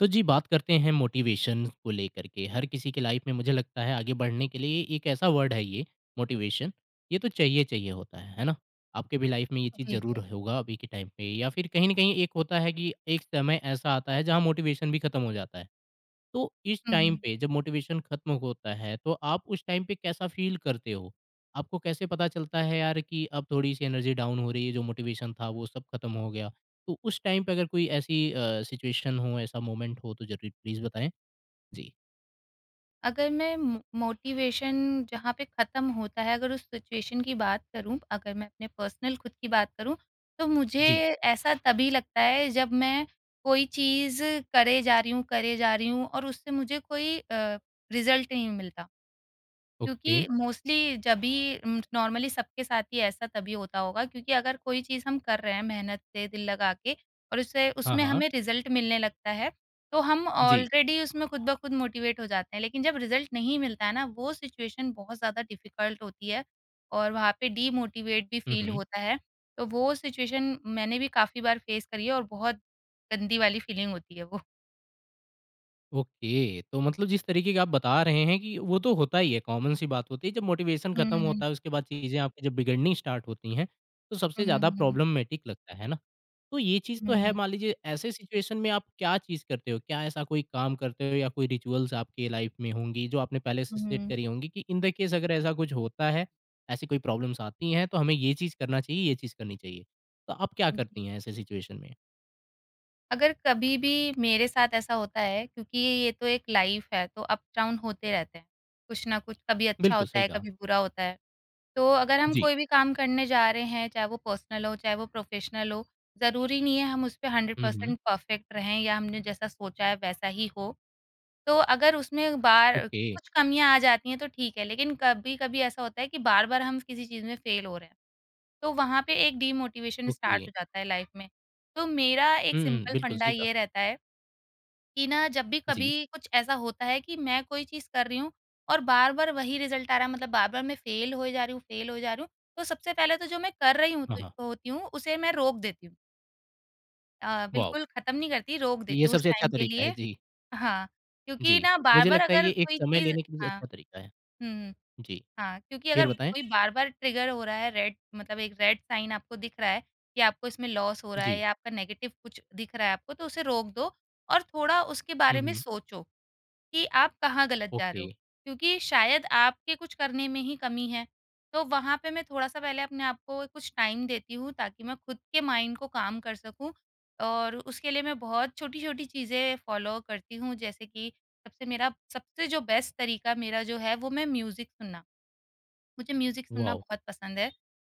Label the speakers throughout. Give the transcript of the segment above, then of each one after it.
Speaker 1: तो जी बात करते हैं मोटिवेशन को लेकर के हर किसी के लाइफ में मुझे लगता है आगे बढ़ने के लिए एक ऐसा वर्ड है ये मोटिवेशन। ये तो चाहिए चाहिए होता है ना। आपके भी लाइफ में ये चीज़
Speaker 2: जी,
Speaker 1: ज़रूर
Speaker 2: जी।
Speaker 1: होगा अभी के टाइम पे या फिर कहीं ना कहीं एक होता है कि एक समय ऐसा आता है जहाँ मोटिवेशन भी खत्म हो जाता है। तो इस
Speaker 2: हुँ,
Speaker 1: टाइम
Speaker 2: हुँ।
Speaker 1: पे जब मोटिवेशन खत्म होता है तो आप उस टाइम पे कैसा फील करते हो? आपको कैसे पता चलता है यार कि अब थोड़ी-सी एनर्जी डाउन हो रही है, जो मोटिवेशन था वो सब खत्म हो गया? तो उस टाइम पे अगर कोई ऐसी सिचुएशन हो, ऐसा मोमेंट हो तो ज़रूर प्लीज़ बताएँ? जी।
Speaker 2: अगर मैं मो मोटिवेशन जहाँ पे ख़त्म होता है, अगर उस सिचुएशन की बात करूँ, अगर मैं अपने पर्सनल खुद की बात करूँ, तो मुझे
Speaker 1: जी,
Speaker 2: ऐसा तभी लगता है जब मैं कोई चीज़ करे जा रही हूँ, करे जा रही हूँ और उससे मुझे कोई रिज़ल्ट नहीं मिलता।
Speaker 1: ओके।
Speaker 2: क्योंकि मोस्टली जब भी नॉर्मली सबके साथ ही ऐसा तभी होता होगा क्योंकि अगर कोई चीज़ हम कर रहे हैं मेहनत से दिल लगा के और उससे
Speaker 1: हाँ,
Speaker 2: उसमें
Speaker 1: हाँ।
Speaker 2: हमें रिज़ल्ट मिलने लगता है, तो हम
Speaker 1: जी।
Speaker 2: ऑलरेडी उसमें खुद ब खुद मोटिवेट हो जाते हैं। लेकिन जब रिज़ल्ट नहीं मिलता है ना, वो सिचुएशन बहुत ज़्यादा डिफ़िकल्ट होती है और वहाँ पे डीमोटिवेट भी
Speaker 1: हुँ,
Speaker 2: फ़ील
Speaker 1: हुँ।
Speaker 2: होता है। तो वो सिचुएशन मैंने भी काफ़ी बार फ़ेस करी है और बहुत गंदी वाली फ़ीलिंग होती है वो।
Speaker 1: ओके, तो मतलब जिस तरीके का आप बता रहे हैं कि वो तो होता ही है, कॉमन सी बात होती है, जब मोटिवेशन
Speaker 2: हुँ,
Speaker 1: खत्म
Speaker 2: हुँ, हुँ,
Speaker 1: होता है, उसके बाद चीज़ें आपकी जब बिगड़नी स्टार्ट होती हैं, तो सबसे
Speaker 2: हुँ,
Speaker 1: ज़्यादा
Speaker 2: हुँ,
Speaker 1: प्रॉब्लमैटिक लगता है ना? तो ये चीज़ तो है,
Speaker 2: हुँ,
Speaker 1: मान लीजिए ऐसे सिचुएशन में आप क्या चीज़ करते हो? क्या ऐसा कोई काम करते हो या कोई रिचुअल्स आपकी लाइफ में होंगी, जो आपने पहले से सेट
Speaker 2: हुँ,
Speaker 1: करी होंगी कि इन द केस अगर ऐसा कुछ होता है, ऐसी कोई प्रॉब्लम्स आती हैं, तो हमें ये चीज़ करना चाहिए, ये चीज़ करनी चाहिए। तो आप क्या
Speaker 2: हुँ, जी।
Speaker 1: करती हैं ऐसे सिचुएशन में?
Speaker 2: अगर कभी भी मेरे साथ ऐसा होता है क्योंकि ये तो एक लाइफ है तो अप डाउन होते रहते हैं। कुछ ना कुछ कभी अच्छा
Speaker 1: बिल्कुल,
Speaker 2: होता
Speaker 1: सही
Speaker 2: है,
Speaker 1: कहा।
Speaker 2: कभी बुरा होता है। तो अगर हम
Speaker 1: जी।
Speaker 2: कोई भी काम करने जा रहे हैं, चाहे वो पर्सनल हो, चाहे वो प्रोफ़ेशनल हो, ज़रूरी नहीं है हम उस पे
Speaker 1: हुँ, हुँ।
Speaker 2: 100% परफ़ेक्ट रहें या हमने जैसा सोचा है वैसा ही हो। तो अगर उसमें बार
Speaker 1: ओके,
Speaker 2: कुछ कमियाँ आ जाती हैं तो ठीक है, लेकिन कभी-कभी ऐसा होता है कि बार-बार हम किसी चीज़ में फ़ेल हो रहे हैं। तो वहाँ पे एक डीमोटिवेशन स्टार्ट
Speaker 1: ओके।
Speaker 2: हो जाता है लाइफ़ में। तो मेरा एक
Speaker 1: हुँ, हुँ,
Speaker 2: सिंपल
Speaker 1: बिल्कुल
Speaker 2: फंडा
Speaker 1: सही कहा।
Speaker 2: ये रहता है कि ना जब भी
Speaker 1: जी।
Speaker 2: कभी कुछ ऐसा होता है कि मैं कोई चीज़ कर रही हूँ और बार-बार वही रिज़ल्ट आ रहा है मतलब बार-बार मैं फ़ेल होए जा रही हूँ, फ़ेल होए जा रही हूँ, तो सबसे पहले तो जो मैं कर रही हूँ
Speaker 1: हाँ,
Speaker 2: त
Speaker 1: हाँ।
Speaker 2: होती हूँ उसे मैं रोक देती हूँ।
Speaker 1: वाव!
Speaker 2: बिल्कुल ख़त्म नहीं करती, रोक देती
Speaker 1: ये
Speaker 2: हूँ उस
Speaker 1: सबसे अच्छा
Speaker 2: टाइम के
Speaker 1: तरीका
Speaker 2: लिए।
Speaker 1: है। जी,
Speaker 2: हाँ। क्योंकि
Speaker 1: जी।
Speaker 2: ना
Speaker 1: मुझे
Speaker 2: बार-बार
Speaker 1: लगता है ये
Speaker 2: अगर
Speaker 1: एक
Speaker 2: कोई
Speaker 1: समय
Speaker 2: चीज़।
Speaker 1: लेने के लिए
Speaker 2: हाँ,
Speaker 1: अच्छा तरीका है।
Speaker 2: हुँ,
Speaker 1: जी,
Speaker 2: हाँ। क्योंकि
Speaker 1: फिर
Speaker 2: अगर
Speaker 1: बताएँ?
Speaker 2: कोई बार-बार ट्रिगर हो रहा है रेड मतलब एक रेड साइन आपको दिख रहा है कि आपको इसमें लॉस हो रहा है
Speaker 1: जी।
Speaker 2: या आपका नेगेटिव कुछ दिख रहा है आपको, तो उसे रोक दो और थोड़ा उसके
Speaker 1: हुँ,
Speaker 2: बारे में
Speaker 1: हुँ।
Speaker 2: सोचो। कि आप कहाँ गलत जा रहे
Speaker 1: ओके,
Speaker 2: हो, क्योंकि शायद आपके कुछ करने में ही कमी है। तो वहाँ पे मैं थोड़ा-सा पहले अपने आप को कुछ टाइम देती हूँ ताकि मैं खुद के माइंड को काम कर सकूँ और उसके लिए मैं बहुत छोटी-छोटी चीज़ें फ़ॉलो करती हूँ जैसे कि सबसे मेरा सबसे जो बेस्ट तरीका मेरा जो है वो मैं म्यूज़िक सुनना। मुझे म्यूज़िक सुनना
Speaker 1: वाव!
Speaker 2: बहुत पसंद है।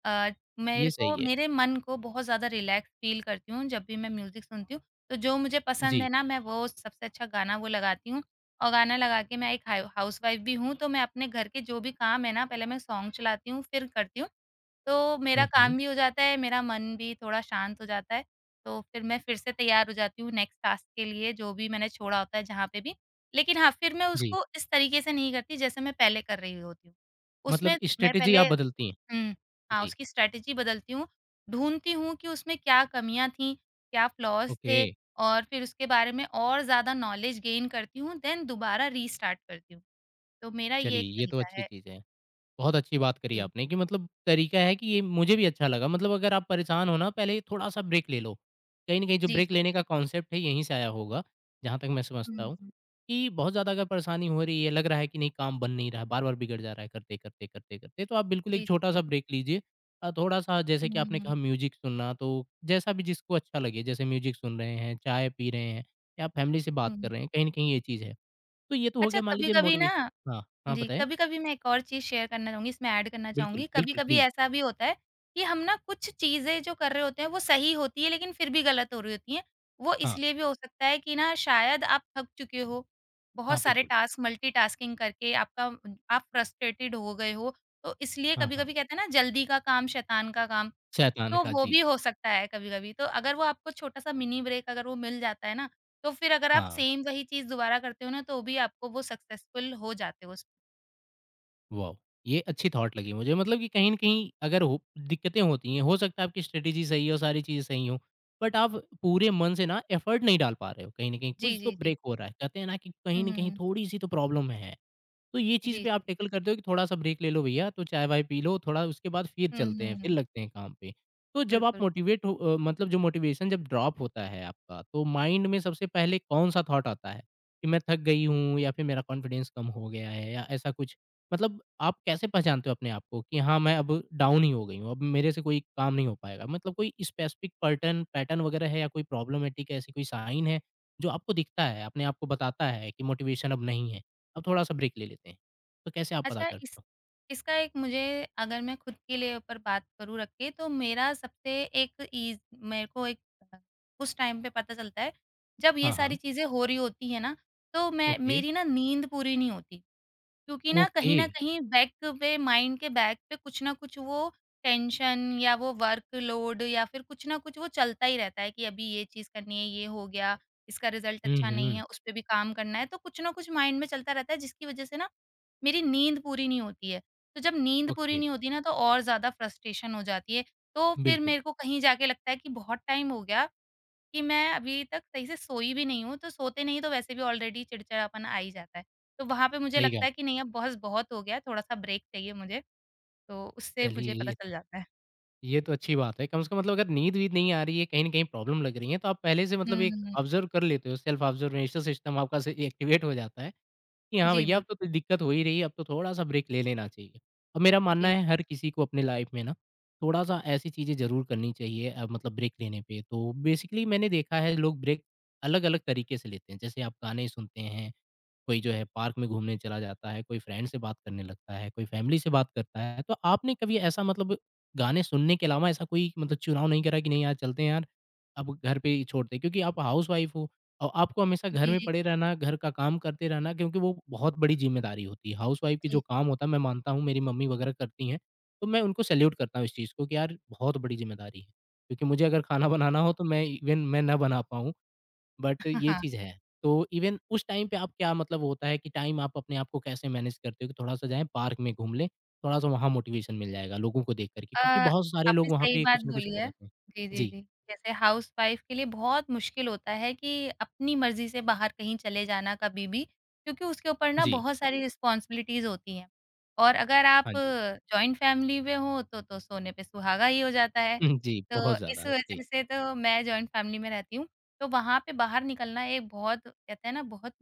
Speaker 2: अ,
Speaker 1: ये सही है।
Speaker 2: मेरे मन को बहुत ज़्यादा रिलैक्स फ़ील करती हूँ जब भी मैं म्यूज़िक सुनती हूँ। तो जो मुझे पसंद
Speaker 1: जी।
Speaker 2: है ना मैं वो सबसे अच्छा गाना वो लगाती हूँ और गाना लगा के मैं एक हाउसवाइफ़ भी हूँ तो मैं अपने घर के जो भी काम है ना पहले मैं सॉन्ग चलाती हूँ फिर करती हूँ। तो मेरा
Speaker 1: हुँ, हुँ।
Speaker 2: काम भी हो जाता है, मेरा मन भी थोड़ा शांत हो जाता है। तो फिर मैं फिर से तैयार हो जाती हूँ नेक्स्ट टास्क के लिए जो भी मैंने छोड़ा होता है जहाँ पे भी। लेकिन हाँ, फिर मैं
Speaker 1: जी,
Speaker 2: उसको इस तरीके से नहीं करती जैसे मैं पहले कर रही होती हूँ। उसमें
Speaker 1: मतलब
Speaker 2: मैं
Speaker 1: स्ट्रैटेजी
Speaker 2: पहले।
Speaker 1: आप बदलती हैं।
Speaker 2: हुँ, हाँ।
Speaker 1: जी,
Speaker 2: उसकी स्ट्रैटेजी बदलती हूँ, ढूँढती हूँ कि उसमें क्या कमियाँ थीं, क्या फ्लॉज़
Speaker 1: ओके।
Speaker 2: थे और फिर उसके बारे में और ज़्यादा नॉलेज गेन करती हूँ, देन दोबारा रीस्टार्ट करती हूँ। तो मेरा ये
Speaker 1: चलिए,
Speaker 2: एक
Speaker 1: ये तो
Speaker 2: तरीका
Speaker 1: अच्छी
Speaker 2: है।
Speaker 1: चीज़ है। बहुत अच्छी बात करी
Speaker 2: जी।
Speaker 1: आपने कि मतलब तरीका है कि ये मुझे भी अच्छा लगा मतलब अगर आप परेशान हो ना पहले थोड़ा सा ब्रेक ले लो। कहीं ना कहीं जो
Speaker 2: जी,
Speaker 1: ब्रेक
Speaker 2: जी,
Speaker 1: लेने
Speaker 2: जी।
Speaker 1: का कॉन्सेप्ट है यहीं से आया होगा, जहाँ तक मैं समझता
Speaker 2: हुँ,
Speaker 1: हूँ
Speaker 2: हुँ।
Speaker 1: कि बहुत ज़्यादा अगर परेशानी हो रही है लग रहा है कि नहीं काम बन नहीं रहा है बार बार बिगड़ जा रहा है करते करते करते करते तो आप बिल्कुल
Speaker 2: जी,
Speaker 1: एक
Speaker 2: जी,
Speaker 1: छोटा
Speaker 2: जी।
Speaker 1: सा ब्रेक लीजिए। थोड़ा सा जैसे
Speaker 2: हुँ,
Speaker 1: कि
Speaker 2: हुँ,
Speaker 1: आपने
Speaker 2: हुँ।
Speaker 1: कहा म्यूजिक सुनना, तो जैसा भी जिसको अच्छा लगे जैसे म्यूजिक सुन रहे हैं चाय पी रहे हैं या फैमिली से
Speaker 2: हुँ,
Speaker 1: बात कर
Speaker 2: हुँ।
Speaker 1: रहे हैं कहीं ना कहीं ये चीज़ है। तो ये तो हो
Speaker 2: अच्छा
Speaker 1: गया मान लीजिए
Speaker 2: कभी-कभी ना।
Speaker 1: मोटिवेशन। हाँ। हाँ
Speaker 2: जी,
Speaker 1: बताएं।
Speaker 2: कभी-कभी मैं एक और चीज़ शेयर करना चाहूँगी, इसमें ऐड करना
Speaker 1: बिल्कुल
Speaker 2: चाहूँगी।
Speaker 1: बिल्कुल
Speaker 2: कभी-कभी
Speaker 1: प्लीज़।
Speaker 2: ऐसा भी होता है कि हम ना कुछ चीज़ें जो कर रहे होते हैं, वो सही होती है, लेकिन फिर भी गलत हो रही होती हैं। वो
Speaker 1: हाँ।
Speaker 2: इसलिए भी हो सकता है कि ना शायद आप थक चुके हो,
Speaker 1: हाँ,
Speaker 2: बहुत सारे
Speaker 1: बिल्कुल।
Speaker 2: टास्क मल्टीटास्किंग करके आपका आप फ्रस्ट्रेटेड हो गए हो, तो इसलिए
Speaker 1: हाँ, हाँ।
Speaker 2: कभी-कभी कहते हैं ना जल्दी का काम शैतान का काम,
Speaker 1: शैतान
Speaker 2: तो
Speaker 1: का
Speaker 2: वो
Speaker 1: जी।
Speaker 2: भी हो सकता है कभी-कभी। तो अगर वो आपको छोटा-सा मिनी ब्रेक अगर वो मिल जाता है ना, तो फिर अगर आप
Speaker 1: हाँ,
Speaker 2: सेम वही चीज़ दोबारा करते हो ना, तो भी आपको वो सक्सेसफुल हो जाते हो उसमें।
Speaker 1: वाओ! ये अच्छी थॉट लगी मुझे मतलब कि कहीं न कहीं अगर हो दिक्कतें होती हैं, हो सकता है आपकी स्ट्रैटेजी सही हो, सारी चीज़ें सही हों, बट आप पूरे मन से ना एफर्ट नहीं डाल पा रहे हो। कहीं न कहीं
Speaker 2: जी,
Speaker 1: कुछ तो
Speaker 2: जी, जी।
Speaker 1: ब्रेक हो रहा है। कहते हैं ना कि कहीं
Speaker 2: हुँ,
Speaker 1: न
Speaker 2: हुँ,
Speaker 1: कहीं
Speaker 2: हुँ।
Speaker 1: थोड़ी-सी तो प्रॉब्लम है। तो ये चीज़
Speaker 2: जी,
Speaker 1: पे
Speaker 2: जी।
Speaker 1: आप टैकल करते हो कि थोड़ा-सा ब्रेक ले लो भैया, तो चाय-वाय पी लो, थोड़ा उसके बाद फिर
Speaker 2: हुँ,
Speaker 1: चलते हैं,
Speaker 2: हुँ,
Speaker 1: फिर
Speaker 2: हुँ।
Speaker 1: लगते हैं काम पे। तो जब आप
Speaker 2: बिल्कुल।
Speaker 1: मोटिवेट हो मतलब जो मोटिवेशन जब ड्रॉप होता है आपका, तो माइंड में सबसे पहले कौन-सा थॉट आता है? कि मैं थक गई हूँ या फिर मेरा कॉन्फिडेंस कम हो गया है या ऐसा कुछ? मतलब आप कैसे पहचानते हो अपने आप को कि हाँ, मैं अब डाउन ही हो गई हूँ, अब मेरे से कोई काम नहीं हो पाएगा? मतलब कोई स्पेसिफिक पर्टन पैटर्न वगैरह है या कोई प्रॉब्लमैटिक ऐसी कोई साइन है, जो आपको दिखता है, अपने आप को बताता है कि मोटिवेशन अब नहीं है? अब थोड़ा-सा ब्रेक ले लेते हैं। तो कैसे आप पता
Speaker 2: अच्छा इस
Speaker 1: करते हो?
Speaker 2: इसका एक मुझे अगर मैं खुद के लिए ऊपर बात करूँ रख के तो मेरा सबसे एक ईज़ मेरे को एक अ, उस टाइम पे पता चलता है जब ये
Speaker 1: हाँ,
Speaker 2: सारी
Speaker 1: हाँ।
Speaker 2: चीज़ें हो रही होती हैं ना, तो मैं
Speaker 1: ओके,
Speaker 2: मेरी ना नींद पूरी नहीं होती। क्योंकि ना
Speaker 1: ओके।
Speaker 2: कहीं न कहीं बैक पे माइंड के बैक पे कुछ ना कुछ वो टेंशन या वो वर्कलोड या फिर कुछ ना कुछ वो चलता ही रहता है कि अभी ये चीज़ करनी है, ये हो गया, इसका रिज़ल्ट
Speaker 1: हुँ,
Speaker 2: अच्छा नहीं
Speaker 1: हुँ।
Speaker 2: है, उस पे भी काम करना है। तो कुछ ना कुछ माइंड में चलता रहता है जिसकी वज़ह से ना मेरी नींद पूरी नहीं होती है। तो जब नींद पूरी
Speaker 1: ओके,
Speaker 2: नहीं होती ना तो और ज़्यादा फ्रस्ट्रेशन हो जाती है। तो फिर
Speaker 1: बिल्कुल,
Speaker 2: मेरे को कहीं जाके लगता है कि बहुत टाइम हो गया कि मैं अभी तक सही से सोई भी नहीं हूँ, तो सोते नहीं तो वैसे भी ऑलरेडी चिड़चिड़ापन आ ही जाता है। तो वहाँ पे मुझे
Speaker 1: सही
Speaker 2: लगता
Speaker 1: कहा।
Speaker 2: है कि नहीं अब बस बहुत हो गया है, थोड़ा-सा ब्रेक चाहिए मुझे, तो उससे
Speaker 1: चलिए
Speaker 2: मुझे पता
Speaker 1: ये
Speaker 2: चल
Speaker 1: तो
Speaker 2: जाता है।
Speaker 1: ये तो अच्छी बात है। कम से कम मतलब अगर नींद-वीद नहीं आ रही है, कहीं न कहीं प्रॉब्लम लग रही है, तो आप पहले से मतलब
Speaker 2: हुँ,
Speaker 1: एक
Speaker 2: हुँ, हुँ।
Speaker 1: ऑब्ज़र्व कर लेते हो, सेल्फ ऑब्ज़र्वेशन सिस्टम आपका से एक्टिवेट हो जाता है। कि हाँ
Speaker 2: जी,
Speaker 1: भैया अब तो
Speaker 2: बिल्कुल।
Speaker 1: कोई दिक्कत हो ही रही है, अब तो थोड़ा-सा ब्रेक ले लेना चाहिए। और मेरा मानना
Speaker 2: जी।
Speaker 1: है हर किसी को अपनी लाइफ में ना थोड़ा-सा ऐसी चीज़ें ज़रूर करनी चाहिए मतलब ब्रेक लेने पे। तो बेसिकली मैंने देखा है लोग ब्रेक अलग-अलग तरीके से लेते हैं। जैसे आप गाने सुनते हैं कोई जो है पार्क में घूमने चला जाता है, कोई फ्रेंड से बात करने लगता है, कोई फैमिली से बात करता है। तो आपने कभी ऐसा मतलब गाने सुनने के अलावा ऐसा कोई मतलब चुनाव नहीं करा कि नहीं यार चलते हैं यार, अब घर पे ही छोड़ते हैं क्योंकि आप हाउसवाइफ हो और आपको हमेशा घर
Speaker 2: जी,
Speaker 1: में
Speaker 2: जी,
Speaker 1: पड़े रहना, घर का काम करते रहना क्योंकि वो बहुत बड़ी ज़िम्मेदारी होती है। हाउसवाइफ की जो
Speaker 2: जी।
Speaker 1: काम होता है मैं मानता हूँ मेरी मम्मी वगैरह करती हैं, तो मैं उनको सैल्यूट करता हूँ इस चीज़ को कि यार बहुत बड़ी ज़िम्मेदारी है। क्योंकि मुझे अगर खाना बनाना हो तो मैं इवेन मैं ना बना पाऊँ। बट ये
Speaker 2: हाँ।
Speaker 1: चीज़ है। तो इवन उस टाइम पे आप क्या मतलब होता है कि टाइम आप अपने आप को कैसे मैनेज करते हो कि थोड़ा-सा जाएँ पार्क में घूम लें, थोड़ा-सा वहाँ मोटिवेशन मिल जाएगा लोगों को देख कर के
Speaker 2: अ,
Speaker 1: क्योंकि बहुत सारे लोग
Speaker 2: आपने
Speaker 1: वहाँ
Speaker 2: सही
Speaker 1: पे
Speaker 2: बात
Speaker 1: कुछ ना कुछ
Speaker 2: बोली
Speaker 1: कर रहे
Speaker 2: है।
Speaker 1: होते हैं।
Speaker 2: जी, जी,
Speaker 1: जी,
Speaker 2: जी। जैसे हाउसवाइफ़ के लिए बहुत मुश्किल होता है कि अपनी मर्ज़ी से बाहर कहीं चले जाना कभी भी, क्योंकि उसके ऊपर ना
Speaker 1: जी,
Speaker 2: बहुत सारी रिस्पॉन्सिबिलिटीज़ होती हैं। और अगर आप
Speaker 1: हाँ जी।
Speaker 2: जॉइंट फैमिली में हो तो सोने पे सुहागा ही हो जाता है।
Speaker 1: हुँ, जी, बहुत
Speaker 2: तो
Speaker 1: ज़्यादा।
Speaker 2: इस
Speaker 1: जी,
Speaker 2: वज़ह से तो मैं जॉइंट फैमिली में रहती हूँ, तो वहाँ पे बाहर निकलना एक बहुत कहते हैं ना बहुत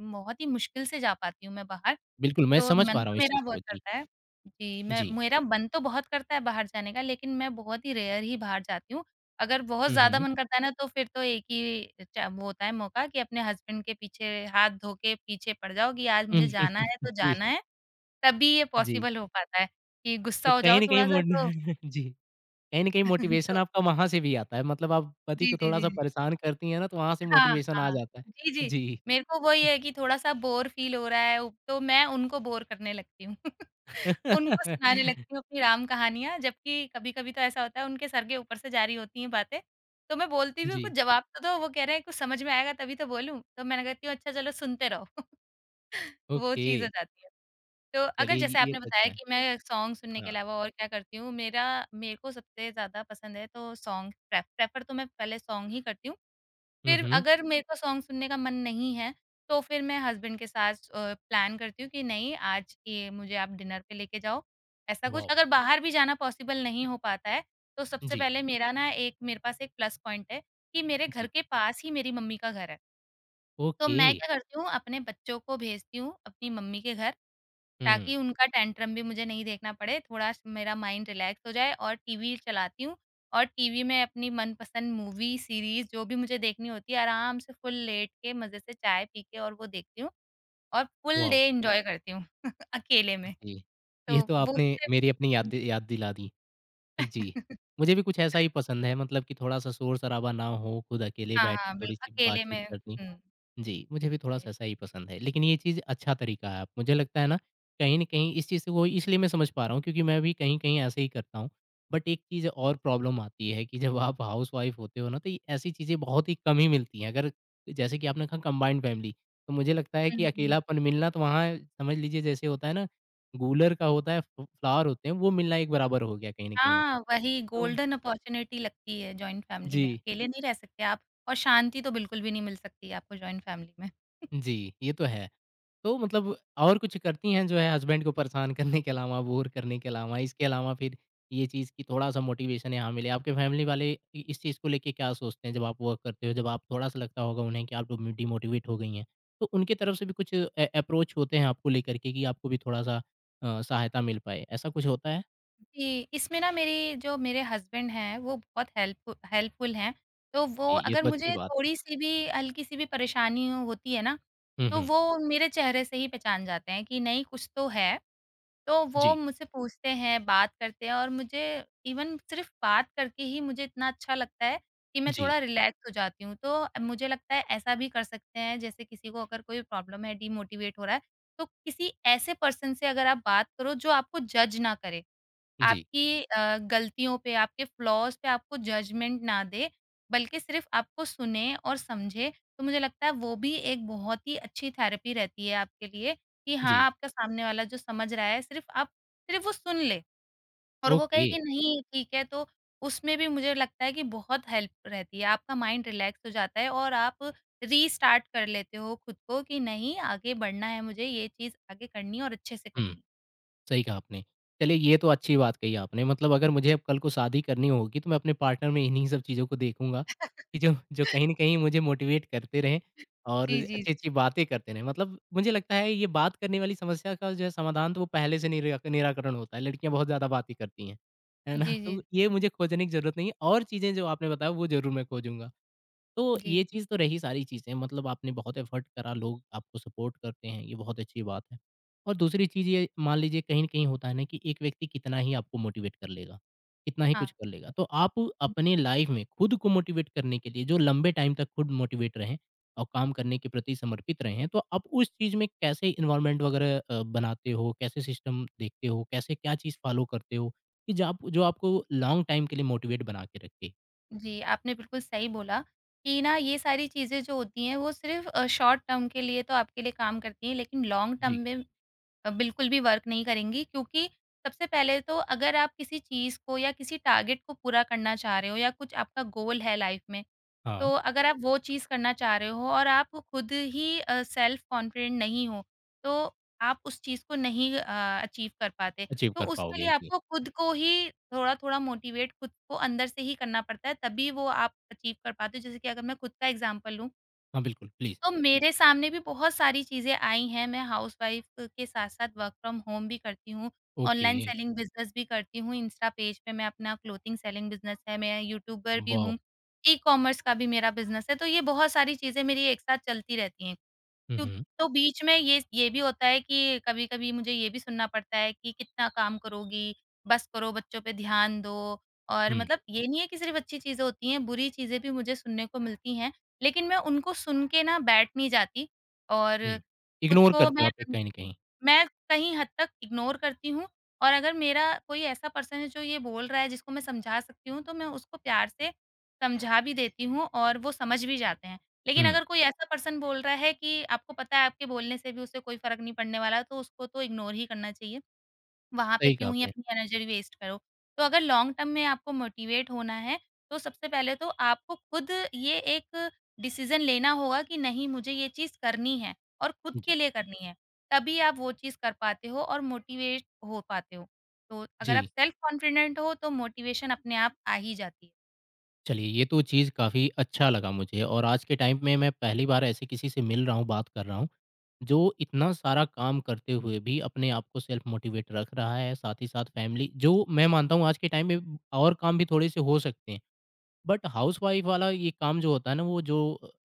Speaker 2: बहुत ही मुश्किल से जा पाती हूँ मैं बाहर।
Speaker 1: बिल्कुल मैं
Speaker 2: तो
Speaker 1: समझ पा
Speaker 2: मन
Speaker 1: रहा
Speaker 2: तो
Speaker 1: हूँ इस
Speaker 2: मेरा
Speaker 1: चीज़ को।
Speaker 2: बहुत
Speaker 1: जी,
Speaker 2: करता है। जी, मैं
Speaker 1: जी।
Speaker 2: मेरा मन तो बहुत करता है बाहर जाने का, लेकिन मैं बहुत ही रेयर ही बाहर जाती हूँ। अगर बहुत
Speaker 1: हुँ,
Speaker 2: ज़्यादा
Speaker 1: हुँ।
Speaker 2: मन करता है ना, तो फिर तो एक ही च वो होता है मौका कि अपने हस्बैंड के पीछे हाथ धो के पीछे पड़ जाओ कि आज मुझे जाना है तो
Speaker 1: जी,
Speaker 2: जाना है, तभी ये
Speaker 1: जी।
Speaker 2: पॉसिबल हो पाता है कि गुस्सा
Speaker 1: तो
Speaker 2: हो
Speaker 1: कहीं
Speaker 2: जाओ
Speaker 1: न कहीं
Speaker 2: थोड़ा-सा
Speaker 1: मोड
Speaker 2: तो।
Speaker 1: जी, कहीं न कहीं मोटिवेशन
Speaker 2: तो
Speaker 1: आपका वहाँ से भी आता है मतलब आप पति
Speaker 2: जी,
Speaker 1: को
Speaker 2: जी, जी,
Speaker 1: थोड़ा-सा
Speaker 2: जी।
Speaker 1: परेशान करती हैं ना, तो वहाँ से
Speaker 2: हाँ,
Speaker 1: मोटिवेशन आ
Speaker 2: हाँ।
Speaker 1: जाता है।
Speaker 2: जी, जी।
Speaker 1: जी।
Speaker 2: मेरे को वही है कि थोड़ा-सा बोर फ़ील हो रहा है उ तो मैं उनको बोर करने लगती हूँ। उनको सुनाने लगती हूँ अपनी राम कहानियाँ, जबकि कभी-कभी तो ऐसा होता है उनके सर के ऊपर से जारी होती हैं बातें। तो मैं बोलती भी हूँ, "कुछ
Speaker 1: जी,
Speaker 2: जवाब तो दो।" वो कह रहे हैं, "कुछ समझ में आएगा तभी तो बोलूँ।" तो मैं कहती हूँ, "अच्छा चलो सुनते रहो।" वो
Speaker 1: ओके।
Speaker 2: चीज़ हो जाती है। तो अगर
Speaker 1: चलिए ये
Speaker 2: जैसे
Speaker 1: ये
Speaker 2: आपने
Speaker 1: तो
Speaker 2: बताया
Speaker 1: अच्छा है।
Speaker 2: कि मैं सॉन्ग सुनने के
Speaker 1: हाँ।
Speaker 2: अलावा और क्या करती हूँ, मेरा मेरे को सबसे ज़्यादा पसंद है तो सॉन्ग प्रेफ़र तो मैं पहले सॉन्ग ही करती हूँ।
Speaker 1: हुँ,
Speaker 2: फिर
Speaker 1: हुँ।
Speaker 2: अगर मेरे को सॉन्ग सुनने का मन नहीं है, तो फिर मैं हस्बैंड के साथ प्लान करती हूँ कि नहीं आज ये मुझे आप डिनर पे लेके जाओ, ऐसा कुछ।
Speaker 1: वाओ!
Speaker 2: अगर बाहर भी जाना पॉसिबल नहीं हो पाता है, तो सबसे
Speaker 1: जी,
Speaker 2: पहले मेरा ना एक मेरे पास एक प्लस पॉइंट है कि मेरे घर
Speaker 1: जी।
Speaker 2: के पास ही मेरी मम्मी का घर है। तो
Speaker 1: ओके।
Speaker 2: मैं क्या करती हूँ अपने बच्चों को भेजती हूँ अपनी मम्मी के घर
Speaker 1: हुँ,
Speaker 2: ताकि उनका टेंट्रम भी मुझे नहीं देखना पड़े, थोड़ा स मेरा माइंड रिलैक्स हो जाए और टीवी चलाती हूँ और टीवी में अपनी मनपसंद मूवी, सीरीज़ जो भी मुझे देखनी होती है, आराम से फुल लेट के मज़े से चाय पी के और वो देखती हूँ और फुल
Speaker 1: वाओ!
Speaker 2: डे एन्जॉय करती हूँ अकेले में।
Speaker 1: जी। ये
Speaker 2: तो
Speaker 1: तो
Speaker 2: वो
Speaker 1: आपने
Speaker 2: उससे।
Speaker 1: मेरी अपनी यादें याद दिला दी। जी। मुझे भी कुछ ऐसा ही पसंद है मतलब कि थोड़ा-सा शोर-शराबा ना हो, खुद अकेले
Speaker 2: हाँ,
Speaker 1: बैठ के
Speaker 2: हाँ, बिल्कुल
Speaker 1: थोड़ी-सी
Speaker 2: अकेले
Speaker 1: बातचीत
Speaker 2: में।
Speaker 1: करनी।
Speaker 2: हुँ,
Speaker 1: जी, मुझे भी थोड़ा-सा ऐसा ही पसंद है। लेकिन ये चीज़ अच्छा तरीका है। मुझे लगता है ना, कहीं न कहीं इस चीज़ से वो इसलिए मैं समझ पा रहा हूँ क्योंकि मैं भी कहीं-कहीं ऐसे ही करता हूँ। बट एक चीज़ और प्रॉब्लम आती है कि जब आप हाउसवाइफ़ होते हो ना, तो ये ऐसी चीज़ें बहुत ही कम ही मिलती हैं। अगर जैसे कि आपने कहा कंबाइंड फैमिली, तो मुझे लगता है कि
Speaker 2: हुँ, हुँ।
Speaker 1: अकेलापन मिलना तो वहाँ समझ लीजिए जैसे होता है ना, गूलर का होता है, फ फ्लावर होते हैं, वो मिलना एक बराबर हो गया कहीं न कहीं।
Speaker 2: हाँ, वही
Speaker 1: तो
Speaker 2: गोल्डन अपॉर्च्युनिटी लगती है जॉइंट फैमिली में,
Speaker 1: जी,
Speaker 2: अकेले नहीं रह सकते आप और शांति तो बिल्कुल भी नहीं मिल सकती आपको जॉइंट फैमिली में।
Speaker 1: जी, ये तो है। तो मतलब और कुछ करती हैं जो है हस्बैंड को परेशान करने के अलावा, बोर करने के अलावा, इसके अलावा फिर ये चीज़ की थोड़ा-सा मोटिवेशन यहाँ मिले? आपके फैमिली वाले इ इस चीज़ को लेके क्या सोचते हैं जब आप वर्क करते हो? जब आप थोड़ा-सा लगता होगा उन्हें कि आप डीमो डिमोटिवेट हो गई हैं, तो उनकी तरफ से भी कुछ ए अप्रोच होते हैं आपको लेकर के कि आपको भी थोड़ा-सा सहायता मिल पाए, ऐसा कुछ होता है?
Speaker 2: जी, इसमें ना मेरी जो मेरे हस्बैंड हैं वो बहुत हेल्पफुल हैं, तो वो
Speaker 1: चलिए ये
Speaker 2: अगर
Speaker 1: तो
Speaker 2: हुँ।
Speaker 1: अच्छी
Speaker 2: मुझे
Speaker 1: बात है।
Speaker 2: थोड़ी-सी भी हल्की-सी भी परेशानी होती है ना,
Speaker 1: हुँ,
Speaker 2: तो
Speaker 1: हुँ।
Speaker 2: वो मेरे चेहरे से ही पहचान जाते हैं कि नहीं कुछ तो है। तो वो
Speaker 1: जी,
Speaker 2: मुझसे पूछते हैं, बात करते हैं और मुझे इवन सिर्फ़ बात करके ही मुझे इतना अच्छा लगता है कि मैं
Speaker 1: जी,
Speaker 2: थोड़ा रिलैक्स हो जाती हूँ। तो मुझे लगता है ऐसा भी कर सकते हैं जैसे किसी को अगर कोई प्रॉब्लम है, डीमोटिवेट हो रहा है, तो किसी ऐसे पर्सन से अगर आप बात करो जो आपको जज ना करे।
Speaker 1: जी,
Speaker 2: आपकी गलतियों पे, आपके फ्लॉज़ पे आपको जजमेंट ना दे, बल्कि सिर्फ़ आपको सुने और समझे। तो मुझे लगता है वो भी एक बहुत ही अच्छी थेरेपी रहती है आपके लिए कि हाँ,
Speaker 1: जी।
Speaker 2: आपका सामने वाला जो समझ रहा है सिर्फ़ वो सुन ले और वो कहे
Speaker 1: ओके।
Speaker 2: कि नहीं ठीक है, तो उसमें भी मुझे लगता है कि बहुत हेल्प रहती है। आपका माइंड रिलैक्स हो जाता है और आप रीस्टार्ट कर लेते हो खुद को कि नहीं आगे बढ़ना है मुझे, ये चीज़ आगे करनी है और अच्छे से
Speaker 1: हुँ।
Speaker 2: करनी है।
Speaker 1: सही कहा आपने। चलिए ये तो अच्छी बात कही आपने मतलब अगर मुझे अब कल को शादी करनी होगी तो मैं अपने पार्टनर में इन्हीं सब चीज़ों को देखूँगा, कि जो जो कहीं न कहीं मुझे मोटिवेट करते रहें और
Speaker 2: जी, जी, जी।
Speaker 1: अच्छी-अच्छी बातें करते रहें। मतलब मुझे लगता है ये बात करने वाली समस्या का जो है समाधान तो वो पहले से निराकरण होता है, लड़कियाँ बहुत ज़्यादा बातें करती हैं। है ना?
Speaker 2: जी,
Speaker 1: तो
Speaker 2: जी।
Speaker 1: ये मुझे खोजने की ज़रूरत नहीं है और चीज़ें जो आपने बताया वो ज़रूर मैं खोजूँगा। तो
Speaker 2: जी,
Speaker 1: ये चीज़ तो रही सारी चीज़ें मतलब आपने बहुत एफर्ट करा, लोग आपको सपोर्ट करते हैं, ये बहुत अच्छी बात है। और दूसरी चीज़ ये मान लीजिए कहीं न कहीं होता है ना कि एक व्यक्ति कितना ही आपको मोटिवेट कर लेगा, कितना ही कुछ
Speaker 2: हाँ।
Speaker 1: कर लेगा। तो आप अपने लाइफ़ में खुद को मोटिवेट करने के लिए जो लंबे टाइम तक खुद मोटिवेट रहें और काम करने के प्रति समर्पित रहे हैं, तो आप उस चीज़ में कैसे इन्वायरमेंट वगैरह बनाते हो? कैसे सिस्टम देखते हो? कैसे क्या चीज़ फॉलो करते हो कि जो आप जो आपको लॉन्ग टाइम के लिए मोटिवेट बना के रखे?
Speaker 2: जी, आपने बिल्कुल सही बोला कि ना ये सारी चीज़ें जो होती हैं वो सिर्फ़ शॉर्ट टर्म के लिए तो आपके लिए काम करती हैं लेकिन लॉन्ग टर्म
Speaker 1: जी।
Speaker 2: में बिल्कुल भी वर्क नहीं करेंगी क्योंकि सबसे पहले तो अगर आप किसी चीज़ को या किसी टारगेट को पूरा करना चाह रहे हो या कुछ आपका गोल है लाइफ़ में,
Speaker 1: हाँ,
Speaker 2: तो अगर आप वो चीज़ करना चाह रहे हो और आप खुद ही सेल्फ कॉन्फिडेंट नहीं हो, तो आप उस चीज़ को नहीं अचीव कर पाते।
Speaker 1: अचीव
Speaker 2: तो
Speaker 1: कर
Speaker 2: उसके
Speaker 1: पाओगे।
Speaker 2: लिए
Speaker 1: जी।
Speaker 2: आपको खुद को ही थोड़ा-थोड़ा मोटिवेट खुद को अंदर से ही करना पड़ता है, तभी वो आप अचीव कर पाते हो। जैसे कि अगर मैं खुद का एग्ज़ाम्पल लूँ
Speaker 1: हाँ, बिल्कुल, प्लीज़।
Speaker 2: तो मेरे सामने भी बहुत सारी चीज़ें आई हैं, मैं हाउसवाइफ़ के साथ-साथ वर्क फ्रॉम होम भी करती हूँ,
Speaker 1: ओके,
Speaker 2: ऑनलाइन सेलिंग बिज़नेस भी करती हूँ, इंस्टा पेज पे मैं अपना क्लोथिंग सेलिंग बिज़नेस है, मैं यूट्यूबर भी
Speaker 1: वॉव!
Speaker 2: हूँ, ई-कॉमर्स का भी मेरा बिज़नेस है, तो ये बहुत सारी चीज़ें मेरी एक साथ चलती रहती हैं।
Speaker 1: हुँ,
Speaker 2: तो
Speaker 1: हुँ,
Speaker 2: तो बीच में ये भी होता है कि कभी-कभी मुझे ये भी सुनना पड़ता है कि कितना काम करोगी? बस करो, बच्चों पे ध्यान दो और
Speaker 1: हुँ,
Speaker 2: मतलब ये नहीं है कि सिर्फ़ अच्छी चीज़ें होती हैं, बुरी चीज़ें भी मुझे सुनने को मिलती हैं। लेकिन मैं उनको सुन के ना बैठ नहीं जाती और
Speaker 1: हुँ।
Speaker 2: खुद
Speaker 1: इग्नोर
Speaker 2: को
Speaker 1: करते
Speaker 2: मैं
Speaker 1: हो आप एक
Speaker 2: अं
Speaker 1: कहीं न कहीं।
Speaker 2: मैं कहीं हद तक इग्नोर करती हूँ और अगर मेरा कोई ऐसा पर्सन है जो ये बोल रहा है जिसको मैं समझा सकती हूँ, तो मैं उसको प्यार से समझा भी देती हूँ और वो समझ भी जाते हैं। लेकिन
Speaker 1: हुँ,
Speaker 2: अगर कोई ऐसा पर्सन बोल रहा है कि आपको पता है आपके बोलने से भी उसे कोई फ़र्क नहीं पड़ने वाला, तो उसको तो इग्नोर ही करना चाहिए। वहाँ पे
Speaker 1: सही कहा
Speaker 2: क्यों ही
Speaker 1: आपने।
Speaker 2: अपनी एनर्जी वेस्ट करो। तो अगर लॉन्ग टर्म में आपको मोटिवेट होना है, तो सबसे पहले तो आपको खुद ये एक डिसीज़न लेना होगा कि नहीं मुझे ये चीज़ करनी है और खुद के
Speaker 1: जी,
Speaker 2: लिए करनी है। तभी आप वो चीज़ कर पाते हो और मोटिवेट हो पाते हो। तो अगर
Speaker 1: जी।
Speaker 2: आप सेल्फ कॉन्फिडेंट हो तो मोटिवेशन अपने आप आ ही जाती है।
Speaker 1: चलिए, ये तो चीज़ काफ़ी अच्छा लगा मुझे और आज के टाइम में मैं पहली बार ऐसे किसी से मिल रहा हूँ, बात कर रहा हूँ, जो इतना सारा काम करते हुए भी अपने आप को सेल्फ मोटिवेट रख रहा है, साथ ही साथ फैमिली जो मैं मानता हूँ आज के टाइम में और काम भी थोड़े से हो सकते हैं। बट हाउसवाइफ वाला ये काम जो होता है ना, वो जो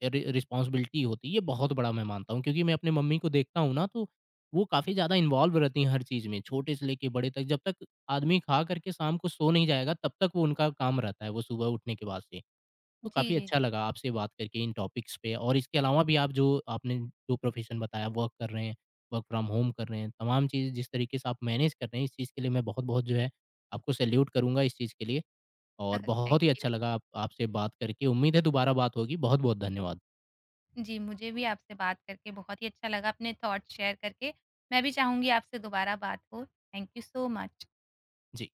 Speaker 1: रि रिस्पॉन्सिबिलिटी होती है, ये बहुत बड़ा मैं मानता हूँ। क्योंकि मैं अपनी मम्मी को देखता हूँ ना, तो वो काफ़ी ज़्यादा इन्वॉल्व रहती हैं हर चीज़ में, छोटे से लेके बड़े तक। जब तक आदमी खा करके शाम को सो नहीं जाएगा, तब तक वो उनका काम रहता है, वो सुबह उठने के बाद से। तो
Speaker 2: जी,
Speaker 1: काफ़ी
Speaker 2: जी।
Speaker 1: अच्छा लगा आपसे बात करके इन टॉपिक्स पे और इसके अलावा भी आप जो आपने जो प्रोफ़ेशन बताया, वर्क कर रहे हैं, वर्क फ्रॉम होम कर रहे हैं, तमाम चीज़ जिस तरीके से आप मैनेज कर रहे हैं, इस चीज़ के लिए मैं बहुत-बहुत जो है, आपको सैल्यूट करूँगा इस चीज़ के लिए। और
Speaker 2: थैंक
Speaker 1: बहुत ही
Speaker 2: यू।
Speaker 1: अच्छा लगा आप आपसे बात करके। उम्मीद है दोबारा बात होगी। बहुत-बहुत धन्यवाद।
Speaker 2: जी, मुझे भी आपसे बात करके बहुत ही अच्छा लगा, अपने थॉट्स शेयर करके। मैं भी चाहूँगी आपसे दोबारा बात हो। Thank you so much.
Speaker 1: Ji.